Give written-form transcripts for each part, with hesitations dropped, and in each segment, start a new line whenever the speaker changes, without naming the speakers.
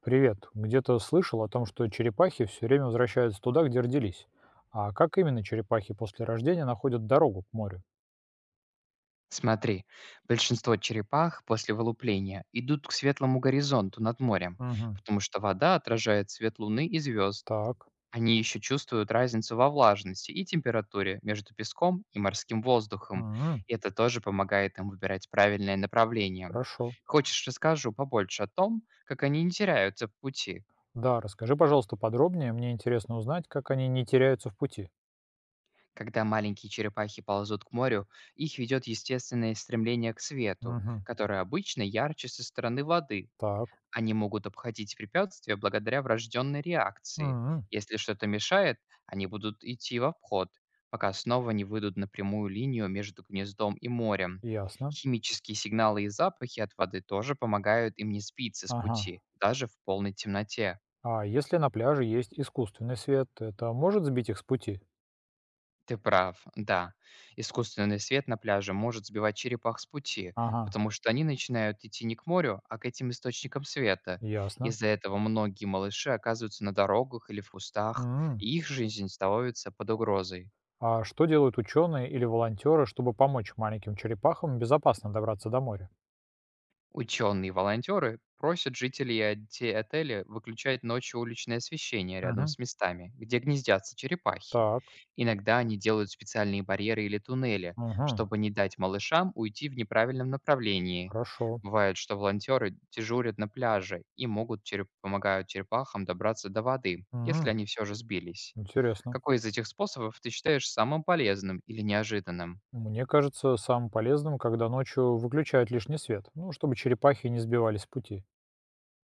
Привет. Где-то слышал о том, что черепахи все время возвращаются туда, где родились. А как именно черепахи после рождения находят дорогу к морю?
Смотри, большинство черепах после вылупления идут к светлому горизонту над морем,
Угу.
потому что вода отражает свет Луны и звезд.
Так.
Они еще чувствуют разницу во влажности и температуре между песком и морским воздухом.
М.
И это тоже помогает им выбирать правильное направление.
Хорошо.
Хочешь, расскажу побольше о том, как они не теряются в пути?
Да, расскажи, пожалуйста, подробнее. Мне интересно узнать, как они не теряются в пути.
Когда маленькие черепахи ползут к морю, их ведет естественное стремление к свету,
Угу.
которое обычно ярче со стороны воды.
Так.
Они могут обходить препятствия благодаря врожденной реакции.
М.
Если что-то мешает, они будут идти в обход, пока снова не выйдут на прямую линию между гнездом и морем.
Ясно.
Химические сигналы и запахи от воды тоже помогают им не сбиться с
Ага.
пути, даже в полной темноте.
А если на пляже есть искусственный свет, это может сбить их с пути?
Ты прав, да. Искусственный свет на пляже может сбивать черепах с пути,
Ага.
потому что они начинают идти не к морю, а к этим источникам света.
Ясно.
Из-за этого многие малыши оказываются на дорогах или в кустах,
Мгм.
и их жизнь становится под угрозой.
А что делают ученые или волонтеры, чтобы помочь маленьким черепахам безопасно добраться до моря?
Ученые-волонтеры просят жителей и отеля выключать ночью уличное освещение рядом
Мгм.
с местами, где гнездятся черепахи.
Так.
Иногда они делают специальные барьеры или туннели,
Мгм.
чтобы не дать малышам уйти в неправильном направлении.
Хорошо.
Бывает, что волонтеры дежурят на пляже и могут помогают черепахам добраться до воды, если
Мгм.
они все же сбились.
Интересно.
Какой из этих способов ты считаешь самым полезным или неожиданным?
Мне кажется, самым полезным, когда ночью выключают лишний свет, ну, чтобы черепахи не сбивались с пути.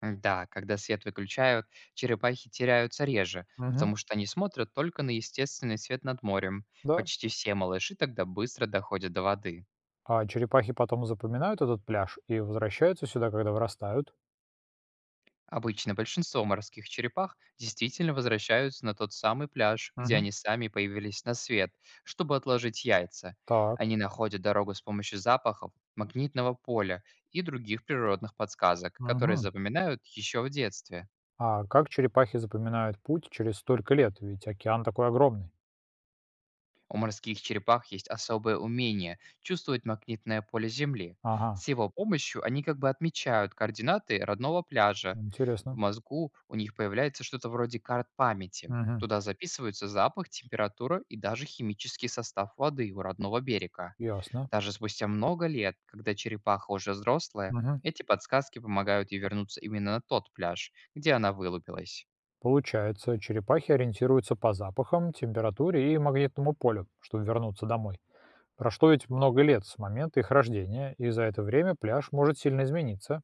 Да, когда свет выключают, черепахи теряются реже,
Мгм.
потому что они смотрят только на естественный свет над морем.
Да.
Почти все малыши тогда быстро доходят до воды.
А черепахи потом запоминают этот пляж и возвращаются сюда, когда вырастают.
Обычно большинство морских черепах действительно возвращаются на тот самый пляж, где
Мгм.
они сами появились на свет, чтобы отложить яйца.
Так.
Они находят дорогу с помощью запахов, магнитного поля и других природных подсказок, которые
Мгм.
запоминают еще в детстве.
А как черепахи запоминают путь через столько лет? Ведь океан такой огромный.
У морских черепах есть особое умение чувствовать магнитное поле Земли.
Ага.
С его помощью они как бы отмечают координаты родного пляжа. В
Интересно.
мозгу у них появляется что-то вроде карт памяти.
Мгм.
Туда записываются запах, температура и даже химический состав воды у родного берега.
Ясно.
Даже спустя много лет, когда черепаха уже взрослая,
Мгм.
эти подсказки помогают ей вернуться именно на тот пляж, где она вылупилась.
Получается, черепахи ориентируются по запахам, температуре и магнитному полю, чтобы вернуться домой. Прошло ведь много лет с момента их рождения, и за это время пляж может сильно измениться.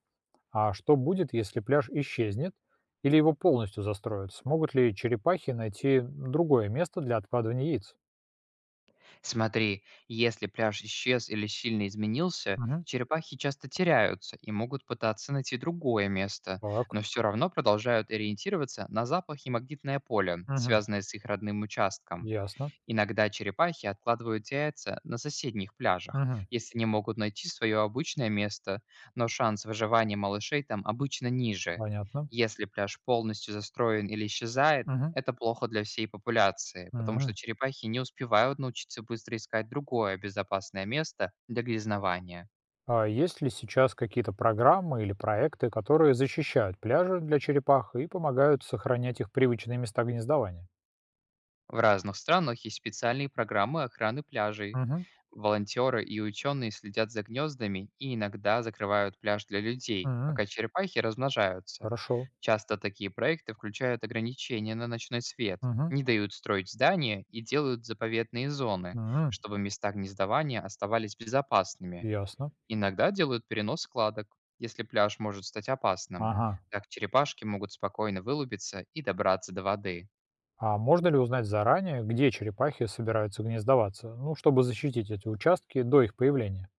А что будет, если пляж исчезнет или его полностью застроят? Смогут ли черепахи найти другое место для откладывания яиц?
Смотри, если пляж исчез или сильно изменился,
Мгм.
черепахи часто теряются и могут пытаться найти другое место,
Так.
но все равно продолжают ориентироваться на запах и магнитное поле,
Мгм.
связанное с их родным участком.
Ясно.
Иногда черепахи откладывают яйца на соседних пляжах,
Мгм.
если не могут найти свое обычное место, но шанс выживания малышей там обычно ниже.
Понятно.
Если пляж полностью застроен или исчезает,
Мгм.
это плохо для всей популяции, потому
Мгм.
что черепахи не успевают научиться быстро искать другое безопасное место для гнездования.
А есть ли сейчас какие-то программы или проекты, которые защищают пляжи для черепах и помогают сохранять их привычные места гнездования?
В разных странах есть специальные программы охраны пляжей.
Угу.
Волонтеры и ученые следят за гнездами и иногда закрывают пляж для людей,
Мгм.
пока черепахи размножаются.
Хорошо.
Часто такие проекты включают ограничения на ночной свет,
Угу.
не дают строить здания и делают заповедные зоны,
Мгм.
чтобы места гнездования оставались безопасными.
Ясно.
Иногда делают перенос складок, если пляж может стать опасным.
Ага.
Так черепашки могут спокойно вылупиться и добраться до воды.
А можно ли узнать заранее, где черепахи собираются гнездоваться? Ну, чтобы защитить эти участки до их появления.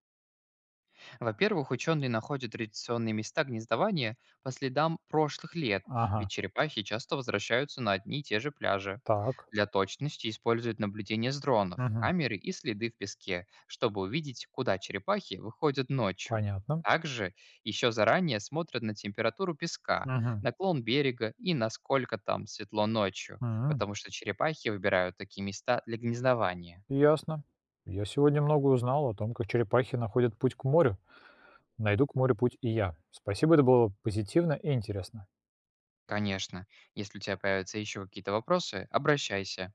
Во-первых, ученые находят традиционные места гнездования по следам прошлых лет,
Ага.
ведь черепахи часто возвращаются на одни и те же пляжи.
Так.
Для точности используют наблюдение с дронов,
Угу.
камеры и следы в песке, чтобы увидеть, куда черепахи выходят ночью.
Понятно.
Также еще заранее смотрят на температуру песка,
Угу.
наклон берега и насколько там светло ночью,
Угу.
потому что черепахи выбирают такие места для гнездования.
Ясно. Я сегодня много узнал о том, как черепахи находят путь к морю. Найду к морю путь и я. Спасибо, это было позитивно и интересно.
Конечно, если у тебя появятся еще какие-то вопросы, обращайся.